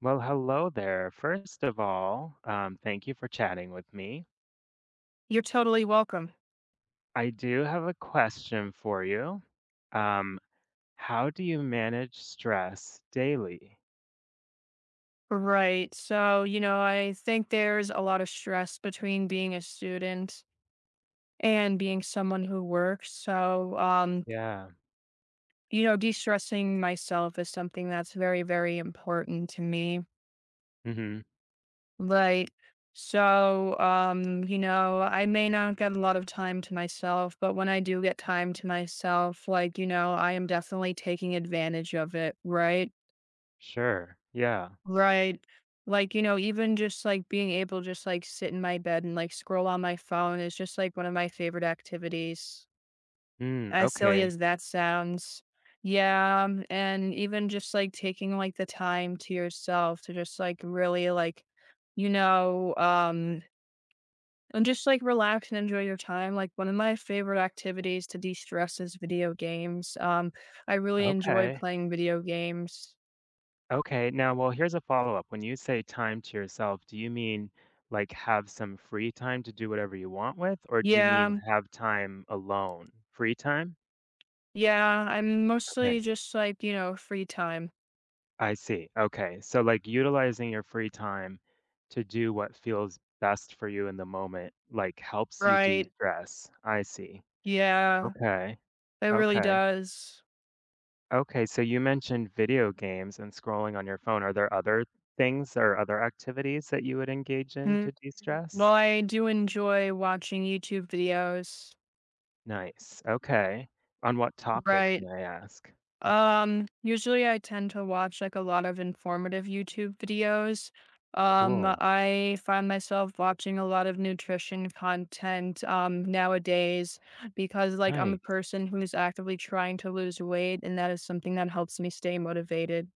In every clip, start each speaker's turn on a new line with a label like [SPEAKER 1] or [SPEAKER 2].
[SPEAKER 1] Well, hello there. First of all, thank you for chatting with me.
[SPEAKER 2] You're totally welcome.
[SPEAKER 1] I do have a question for you. Um, how do you manage stress daily?
[SPEAKER 2] Right. So, you know, I think there's a lot of stress between being a student and being someone who works.
[SPEAKER 1] Yeah.
[SPEAKER 2] You know, de-stressing myself is something that's very, very important to me.
[SPEAKER 1] Hmm.
[SPEAKER 2] Like, you know, I may not get a lot of time to myself, but when I do get time to myself, like, you know, I am definitely taking advantage of it, right?
[SPEAKER 1] Sure. Yeah.
[SPEAKER 2] Right. Like, you know, even just like being able to just like sit in my bed and like scroll on my phone is just like one of my favorite activities.
[SPEAKER 1] Mm,
[SPEAKER 2] As silly
[SPEAKER 1] okay.
[SPEAKER 2] as that sounds. Yeah. And even just like taking like the time to yourself to just like really like, you know, um, and just like relax and enjoy your time. Like one of my favorite activities to de-stress is video games. I really enjoy
[SPEAKER 1] Okay.
[SPEAKER 2] playing video games.
[SPEAKER 1] Okay. Now, well, here's a follow-up. When you say time to yourself, do you mean like have some free time to do whatever you want with, or do you mean
[SPEAKER 2] Yeah.
[SPEAKER 1] have time alone? Free time?
[SPEAKER 2] Yeah, I'm mostly
[SPEAKER 1] Okay.
[SPEAKER 2] just like, you know, free time.
[SPEAKER 1] I see. Okay. So, like, utilizing your free time to do what feels best for you in the moment, like, helps you
[SPEAKER 2] Right.
[SPEAKER 1] de-stress. I see.
[SPEAKER 2] Yeah,
[SPEAKER 1] Okay.
[SPEAKER 2] it really
[SPEAKER 1] Okay.
[SPEAKER 2] does.
[SPEAKER 1] Okay. So, you mentioned video games and scrolling on your phone. Are there other things or other activities that you would engage in
[SPEAKER 2] Mm.
[SPEAKER 1] to de-stress?
[SPEAKER 2] Well, I do enjoy watching YouTube videos.
[SPEAKER 1] Nice. Okay. On what topic,
[SPEAKER 2] Right.
[SPEAKER 1] may I ask?
[SPEAKER 2] Usually I tend to watch like a lot of informative YouTube videos.
[SPEAKER 1] Cool.
[SPEAKER 2] I find myself watching a lot of nutrition content nowadays because like I'm a
[SPEAKER 1] Nice.
[SPEAKER 2] person who's actively trying to lose weight and that is something that helps me stay motivated.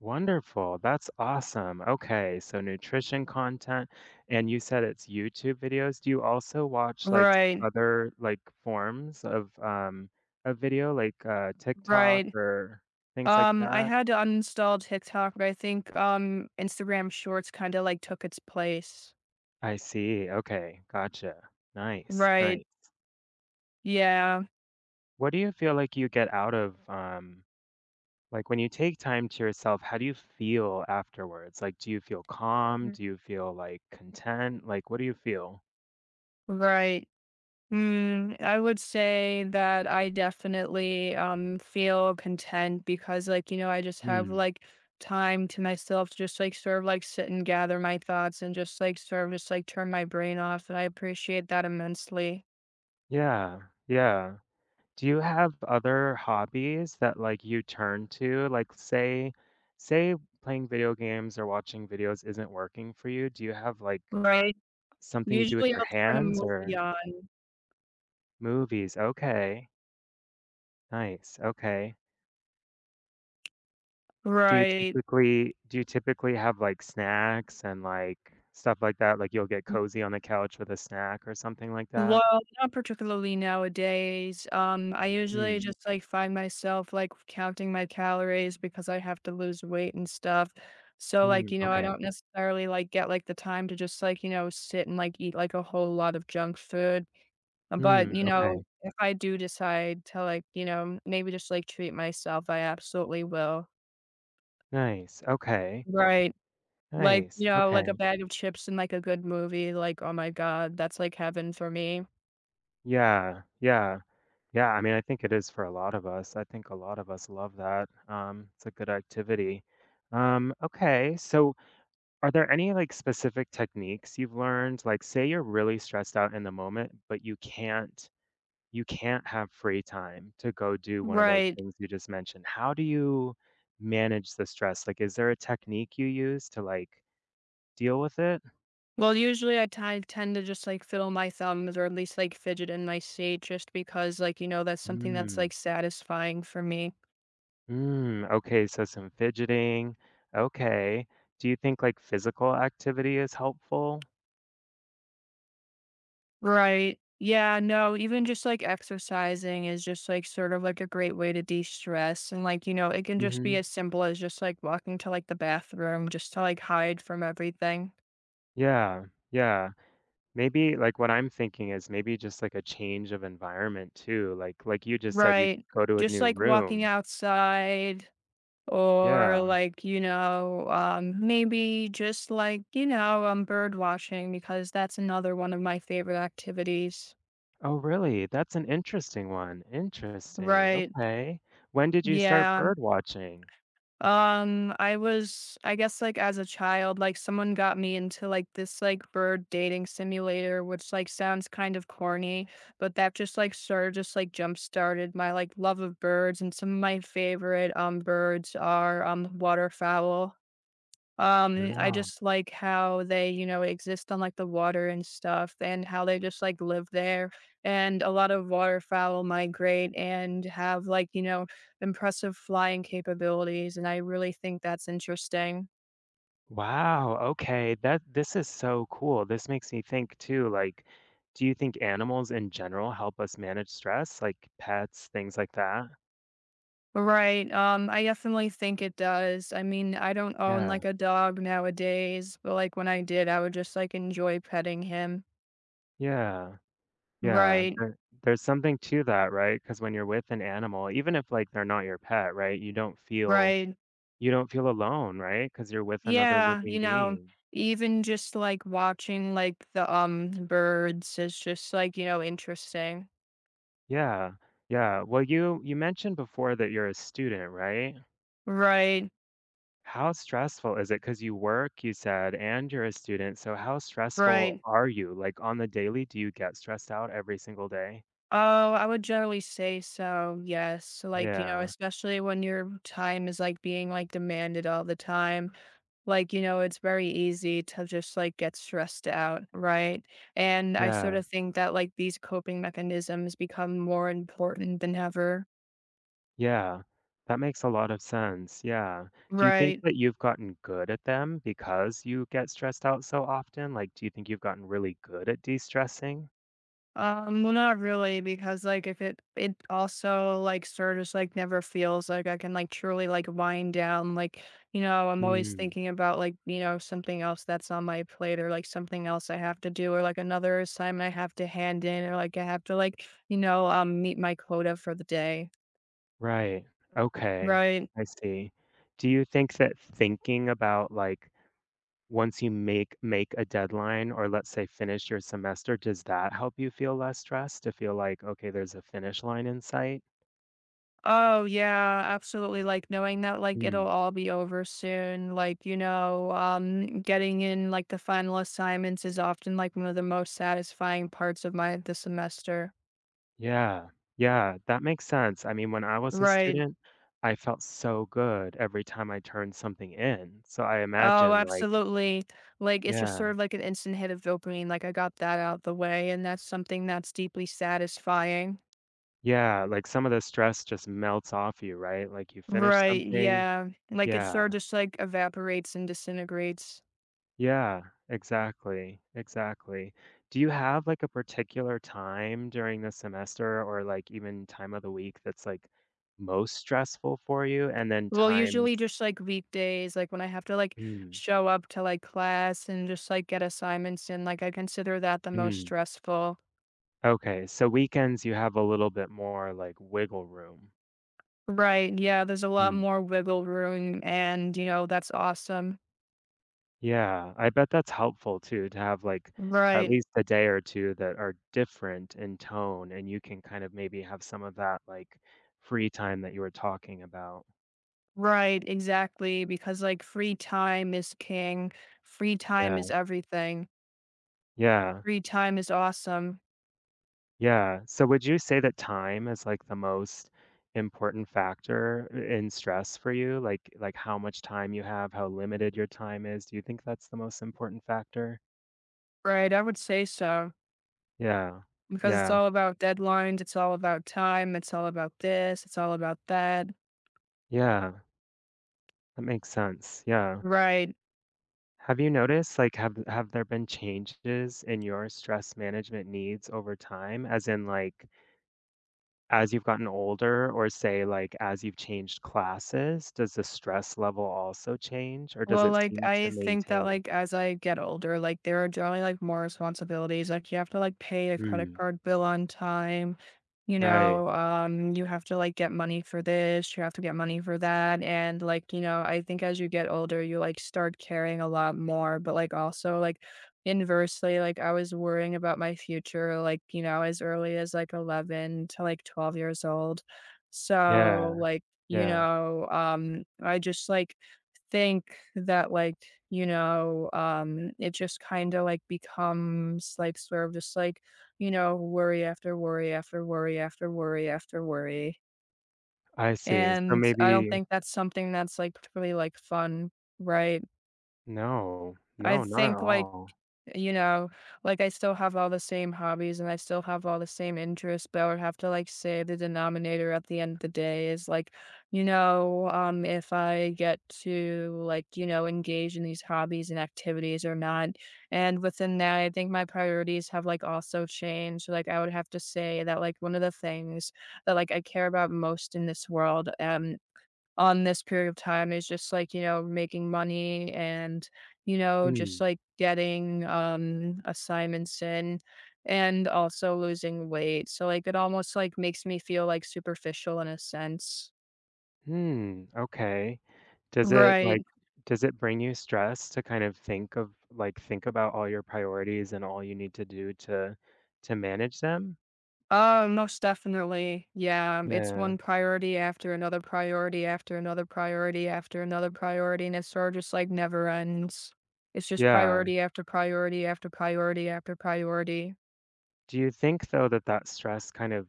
[SPEAKER 1] Wonderful. That's awesome. Okay, so nutrition content, and you said it's YouTube videos. Do you also watch like
[SPEAKER 2] Right.
[SPEAKER 1] other like forms of video like TikTok
[SPEAKER 2] Right.
[SPEAKER 1] or things like
[SPEAKER 2] I
[SPEAKER 1] that?
[SPEAKER 2] had to uninstall TikTok, but I think Instagram Shorts kind of like took its place.
[SPEAKER 1] I see. Okay, gotcha. Nice, nice.
[SPEAKER 2] Right. Yeah.
[SPEAKER 1] What do you feel like you get out of like when you take time to yourself, how do you feel afterwards? Like, do you feel calm?
[SPEAKER 2] Mm.
[SPEAKER 1] Do you feel like content? Like, what do you feel?
[SPEAKER 2] Right. Mm, I would say that I definitely feel content because like, you know, I just have
[SPEAKER 1] Mm.
[SPEAKER 2] like time to myself to just like sort of like sit and gather my thoughts and just like sort of just like turn my brain off. And I appreciate that immensely.
[SPEAKER 1] Yeah, yeah. Do you have other hobbies that, like, you turn to? Like, say playing video games or watching videos isn't working for you, do you have, like,
[SPEAKER 2] Right.
[SPEAKER 1] something you do with
[SPEAKER 2] Usually
[SPEAKER 1] your
[SPEAKER 2] I'll turn a
[SPEAKER 1] hands
[SPEAKER 2] movie
[SPEAKER 1] or
[SPEAKER 2] on.
[SPEAKER 1] movies? Okay. Nice, okay. Do you
[SPEAKER 2] Right.
[SPEAKER 1] typically do you typically have, like, snacks and, like, stuff like that? Like, you'll get cozy on the couch with a snack or something like that?
[SPEAKER 2] Well, not particularly nowadays. I usually Mm.
[SPEAKER 1] Mm,
[SPEAKER 2] just like find myself like counting my calories because I have to lose weight and stuff. So like,
[SPEAKER 1] mm,
[SPEAKER 2] you know, I
[SPEAKER 1] okay.
[SPEAKER 2] don't Mm. necessarily like get like the time to just like, you know, sit and like eat like a whole lot of junk food.
[SPEAKER 1] Mm,
[SPEAKER 2] But, you
[SPEAKER 1] okay.
[SPEAKER 2] know, if I do decide to like, you know, maybe just like treat myself, I absolutely will.
[SPEAKER 1] Nice, okay.
[SPEAKER 2] Right. Like,
[SPEAKER 1] Nice,
[SPEAKER 2] you know, like a
[SPEAKER 1] okay.
[SPEAKER 2] bag of chips and like a good movie, like, oh my God, that's like heaven for me.
[SPEAKER 1] Yeah, yeah. Yeah, I mean, I think it is for a lot of us. I think a lot of us love that. It's a good activity. Okay, so are there any like specific techniques you've learned? Like, say you're really stressed out in the moment, but you can't have free time to go do one of those
[SPEAKER 2] Right.
[SPEAKER 1] things you just mentioned. How do you manage the stress? Like, is there a technique you use to like deal with it?
[SPEAKER 2] Well, usually I ti tend to just, like, fiddle my thumbs or at least, like, fidget in my seat just because, like, you know, that's something that's, like, satisfying for me.
[SPEAKER 1] Mm, okay, so some fidgeting. Okay. Do you think like physical activity is helpful?
[SPEAKER 2] Right. Yeah, no, even just, like, exercising is just, like, sort of, like, a great way to de-stress and, like, you know, it can just be
[SPEAKER 1] Hmm.
[SPEAKER 2] as simple as just, like, walking to, like, the bathroom just to, like, hide from everything.
[SPEAKER 1] Yeah, yeah. Maybe like what I'm thinking is maybe just like a change of environment too. Like you just said, you
[SPEAKER 2] Right.
[SPEAKER 1] go to a
[SPEAKER 2] Just,
[SPEAKER 1] new
[SPEAKER 2] like, walking
[SPEAKER 1] room.
[SPEAKER 2] outside or
[SPEAKER 1] Yeah.
[SPEAKER 2] like, you know, maybe just like, you know, bird watching, because that's another one of my favorite activities,
[SPEAKER 1] Oh, really? That's an interesting one. Interesting.
[SPEAKER 2] right?
[SPEAKER 1] Okay. When did you start
[SPEAKER 2] Yeah.
[SPEAKER 1] bird watching?
[SPEAKER 2] Um, I was, I guess, like as a child, like someone got me into like this like bird dating simulator, which like sounds kind of corny, but that just like sort of just like jump started my like love of birds. And some of my favorite birds are waterfowl. I
[SPEAKER 1] Wow.
[SPEAKER 2] just like how they, you know, exist on like the water and stuff and how they just like live there. And a lot of waterfowl migrate and have like, you know, impressive flying capabilities. And I really think that's interesting.
[SPEAKER 1] Wow, okay, that this is so cool. This makes me think too, like, do you think animals in general help us manage stress, like pets, things like that?
[SPEAKER 2] Right. I definitely think it does. I mean, I don't own
[SPEAKER 1] Yeah,
[SPEAKER 2] like a dog nowadays, but like when I did, I would just like enjoy petting him.
[SPEAKER 1] yeah, yeah.
[SPEAKER 2] Right.
[SPEAKER 1] There's something to that, right? Because when you're with an animal, even if like they're not your pet, right, you don't feel
[SPEAKER 2] Right.
[SPEAKER 1] you don't feel alone, right? Because you're with another
[SPEAKER 2] Yeah,
[SPEAKER 1] living
[SPEAKER 2] you know,
[SPEAKER 1] being.
[SPEAKER 2] even just like watching like the birds is just like, you know, interesting.
[SPEAKER 1] Yeah, yeah. Well, you mentioned before that you're a student, right?
[SPEAKER 2] Right,
[SPEAKER 1] How stressful is it? Because you work, you said, and you're a student, so how stressful
[SPEAKER 2] right.
[SPEAKER 1] are you? Like, on the daily, do you get stressed out every single day?
[SPEAKER 2] Oh, I would generally say so. Yes. Like, you know,
[SPEAKER 1] Yeah,
[SPEAKER 2] especially when your time is like being like demanded all the time. Like, you know, it's very easy to just like get stressed out. Right. And I sort
[SPEAKER 1] yeah,
[SPEAKER 2] of think that like these coping mechanisms become more important than ever.
[SPEAKER 1] yeah. That makes a lot of sense, yeah. Do you think
[SPEAKER 2] Right.
[SPEAKER 1] that you've gotten good at them because you get stressed out so often? Like, do you think you've gotten really good at de-stressing?
[SPEAKER 2] Well, not really, because like if it also like sort of just like never feels like I can like truly like wind down. Like, you know, I'm always
[SPEAKER 1] Mm,
[SPEAKER 2] thinking about like, you know, something else that's on my plate or like something else I have to do or like another assignment I have to hand in or like I have to like, you know, meet my quota for the day.
[SPEAKER 1] right. Okay,
[SPEAKER 2] Right.
[SPEAKER 1] I see. Do you think that thinking about, like, once you make a deadline or let's say finish your semester, does that help you feel less stressed to feel like, okay, there's a finish line in sight?
[SPEAKER 2] Oh, yeah, absolutely, like, knowing that, like, it'll
[SPEAKER 1] Mm,
[SPEAKER 2] all be over soon, like, you know, getting in, like, the final assignments is often, like, one of the most satisfying parts of my the semester.
[SPEAKER 1] yeah, yeah, that makes sense. I mean, when I was a
[SPEAKER 2] Right.
[SPEAKER 1] student, I felt so good every time I turned something in. So I
[SPEAKER 2] Oh,
[SPEAKER 1] imagine like,
[SPEAKER 2] absolutely, like, it's just
[SPEAKER 1] yeah,
[SPEAKER 2] sort of like an instant hit of dopamine, like, I got that out the way, and that's something that's deeply satisfying.
[SPEAKER 1] yeah, like some of the stress just melts off you, right? Like you finish
[SPEAKER 2] Right.
[SPEAKER 1] something.
[SPEAKER 2] Yeah, like, it
[SPEAKER 1] Yeah.
[SPEAKER 2] sort of just, like, evaporates and disintegrates.
[SPEAKER 1] Yeah, exactly, exactly. Do you have like a particular time during the semester or like even time of the week that's like most stressful for you? And then
[SPEAKER 2] Well,
[SPEAKER 1] times,
[SPEAKER 2] usually just like weekdays, like when I have to like
[SPEAKER 1] mm,
[SPEAKER 2] show up to like class and just like get assignments in, like I consider that the most
[SPEAKER 1] mm.
[SPEAKER 2] stressful.
[SPEAKER 1] Okay, so weekends you have a little bit more like wiggle room.
[SPEAKER 2] Right. Yeah. There's a lot
[SPEAKER 1] Mm.
[SPEAKER 2] more wiggle room. And, you know, that's awesome.
[SPEAKER 1] Yeah, I bet that's helpful too to have like at
[SPEAKER 2] Right.
[SPEAKER 1] least a day or two that are different in tone and you can kind of maybe have some of that like free time that you were talking about.
[SPEAKER 2] Right. Exactly. Because like free time is king, free time
[SPEAKER 1] Yeah.
[SPEAKER 2] is everything.
[SPEAKER 1] Yeah.
[SPEAKER 2] Free time is awesome.
[SPEAKER 1] Yeah. So would you say that time is like the most important factor in stress for you? Like how much time you have, how limited your time is? Do you think that's the most important factor?
[SPEAKER 2] Right. I would say so.
[SPEAKER 1] Yeah.
[SPEAKER 2] Because it's
[SPEAKER 1] Yeah.
[SPEAKER 2] all about deadlines, it's all about time, it's all about this, it's all about that.
[SPEAKER 1] Yeah. That makes sense. Yeah.
[SPEAKER 2] Right.
[SPEAKER 1] Have you noticed like have there been changes in your stress management needs over time as in like as you've gotten older or say like as you've changed classes, does the stress level also change or does
[SPEAKER 2] Well,
[SPEAKER 1] it
[SPEAKER 2] like,
[SPEAKER 1] seem to
[SPEAKER 2] I think that,
[SPEAKER 1] maintain?
[SPEAKER 2] like, as I get older, like, there are generally, like, more responsibilities. Like, you have to, like, pay a credit
[SPEAKER 1] Mm,
[SPEAKER 2] card bill on time.
[SPEAKER 1] right.
[SPEAKER 2] You have to, like, get money for this. You have to get money for that. And, like, you know, I think as you get older, you, like, start caring a lot more. But, like, also, like, inversely, like, I was worrying about my future, like, you know, as early as, like, 11 to, like, 12 years old.
[SPEAKER 1] Yeah, yeah,
[SPEAKER 2] I just, like, think that, like, it just kinda, like, becomes, like, sort of just, like, you know, worry after worry after worry after worry after worry,
[SPEAKER 1] I see. So
[SPEAKER 2] and I don't
[SPEAKER 1] maybe
[SPEAKER 2] think that's something that's, like, particularly, like, fun, right?
[SPEAKER 1] no,
[SPEAKER 2] I
[SPEAKER 1] no, not at
[SPEAKER 2] think, like,
[SPEAKER 1] all.
[SPEAKER 2] you know, like I still have all the same hobbies and I still have all the same interests, but I would have to like say the denominator at the end of the day is like, if I get to like, you know, engage in these hobbies and activities or not. And within that, I think my priorities have like also changed. Like I would have to say that like one of the things that like I care about most in this world, on this period of time is just like, you know, making money and, you know,
[SPEAKER 1] Hmm.
[SPEAKER 2] just like getting assignments in and also losing weight. So like it almost like makes me feel like superficial in a sense.
[SPEAKER 1] Hmm, okay. Does it like
[SPEAKER 2] Right.
[SPEAKER 1] does it bring you stress to kind of think of like think about all your priorities and all you need to do to manage them?
[SPEAKER 2] Most definitely. Yeah. It's
[SPEAKER 1] Yeah.
[SPEAKER 2] one priority after another priority after another priority after another priority. And it sort of just like never ends. It's just
[SPEAKER 1] Yeah.
[SPEAKER 2] priority after priority after priority after priority.
[SPEAKER 1] Do you think though that that stress kind of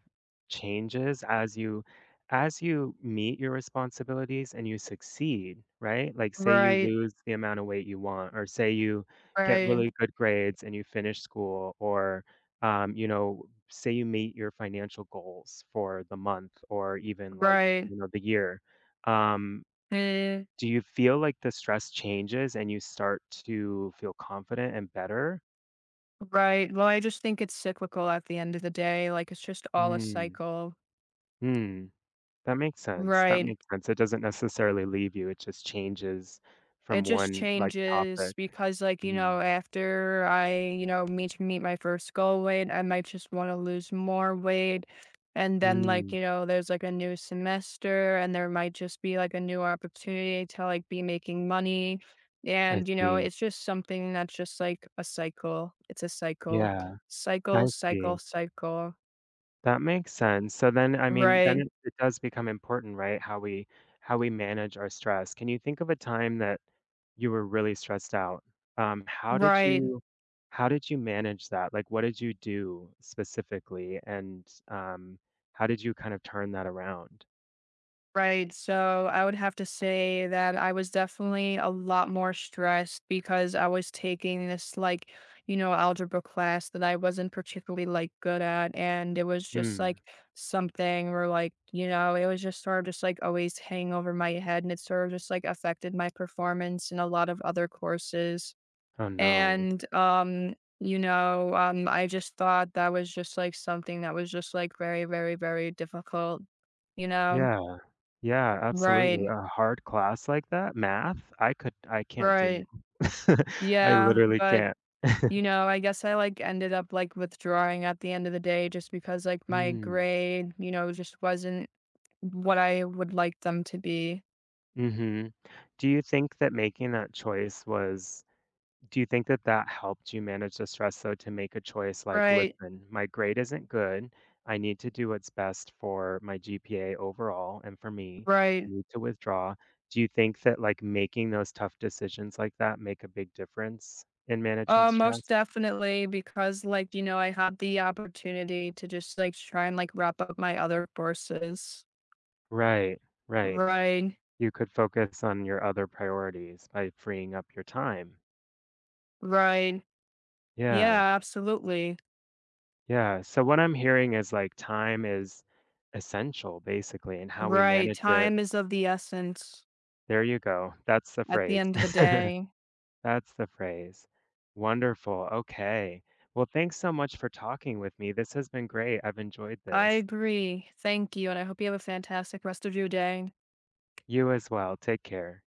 [SPEAKER 1] changes as you meet your responsibilities and you succeed, right? Like say you
[SPEAKER 2] Right.
[SPEAKER 1] lose the amount of weight you want, or say you get
[SPEAKER 2] Right.
[SPEAKER 1] really good grades and you finish school, or you know, say you meet your financial goals for the month or even like,
[SPEAKER 2] Right.
[SPEAKER 1] you know, the year. Um,
[SPEAKER 2] Eh,
[SPEAKER 1] do you feel like the stress changes and you start to feel confident and better?
[SPEAKER 2] right. Well, I just think it's cyclical at the end of the day, like, it's just all a
[SPEAKER 1] Mm.
[SPEAKER 2] cycle.
[SPEAKER 1] Mm. That makes sense, that
[SPEAKER 2] Right.
[SPEAKER 1] makes sense. It doesn't necessarily leave you, it just changes
[SPEAKER 2] It
[SPEAKER 1] from
[SPEAKER 2] just
[SPEAKER 1] one, like,
[SPEAKER 2] changes
[SPEAKER 1] topic.
[SPEAKER 2] because, like, you
[SPEAKER 1] Mm,
[SPEAKER 2] know, after I, you know, meet my first goal weight, I might just wanna lose more weight, and then, like,
[SPEAKER 1] mm,
[SPEAKER 2] you know, there's, like, a new semester, and there might just be, like, a new opportunity to, like, be making money,
[SPEAKER 1] I
[SPEAKER 2] and, you know,
[SPEAKER 1] see.
[SPEAKER 2] it's just something that's just, like, a cycle. It's a cycle.
[SPEAKER 1] Yeah, I
[SPEAKER 2] Cycle, cycle,
[SPEAKER 1] see.
[SPEAKER 2] cycle.
[SPEAKER 1] That makes sense. So then, I mean, then
[SPEAKER 2] Right.
[SPEAKER 1] it does become important, right, how we manage our stress. Can you think of a time that you were really stressed out? Um, how did
[SPEAKER 2] Right.
[SPEAKER 1] you how did you manage that? Like, what did you do specifically, and, how did you kind of turn that around?
[SPEAKER 2] Right. So I would have to say that I was definitely a lot more stressed because I was taking this like, you know, algebra class that I wasn't particularly like good at. And it was just
[SPEAKER 1] Mm.
[SPEAKER 2] like something where like, you know, it was just sort of just like always hanging over my head and it sort of just like affected my performance in a lot of other courses.
[SPEAKER 1] Oh, no.
[SPEAKER 2] I just thought that was just like something that was just like very, very, very difficult, you know?
[SPEAKER 1] Yeah. Yeah, absolutely.
[SPEAKER 2] Right,
[SPEAKER 1] A hard class like that, math, I can't do
[SPEAKER 2] right.
[SPEAKER 1] math. I
[SPEAKER 2] Yeah,
[SPEAKER 1] literally
[SPEAKER 2] but
[SPEAKER 1] can't.
[SPEAKER 2] you know, I guess I like ended up like withdrawing at the end of the day just because like my
[SPEAKER 1] Mm.
[SPEAKER 2] grade, you know, just wasn't what I would like them to be.
[SPEAKER 1] Mhm. Do you think that making that choice was do you think that that helped you manage the stress, though, to make a choice like,
[SPEAKER 2] Right,
[SPEAKER 1] "Listen, my grade isn't good. I need to do what's best for my GPA overall and for me. I
[SPEAKER 2] right.
[SPEAKER 1] need to withdraw." Do you think that, like, making those tough decisions like that make a big difference in managing
[SPEAKER 2] Most
[SPEAKER 1] stress?
[SPEAKER 2] definitely because like, you know, I had the opportunity to just like try and like wrap up my other courses.
[SPEAKER 1] Right, right.
[SPEAKER 2] Right.
[SPEAKER 1] You could focus on your other priorities by freeing up your time.
[SPEAKER 2] Right.
[SPEAKER 1] Yeah,
[SPEAKER 2] Yeah, absolutely.
[SPEAKER 1] yeah. So what I'm hearing is like time is essential basically and how we
[SPEAKER 2] Right.
[SPEAKER 1] manage it.
[SPEAKER 2] Time is of the essence
[SPEAKER 1] There you go. That's the
[SPEAKER 2] at the
[SPEAKER 1] phrase.
[SPEAKER 2] end of the day.
[SPEAKER 1] That's the phrase. Wonderful. Okay. Well, thanks so much for talking with me. This has been great. I've enjoyed
[SPEAKER 2] I
[SPEAKER 1] this.
[SPEAKER 2] agree. Thank you, and I hope you have a fantastic rest of your day.
[SPEAKER 1] You as well. Take care.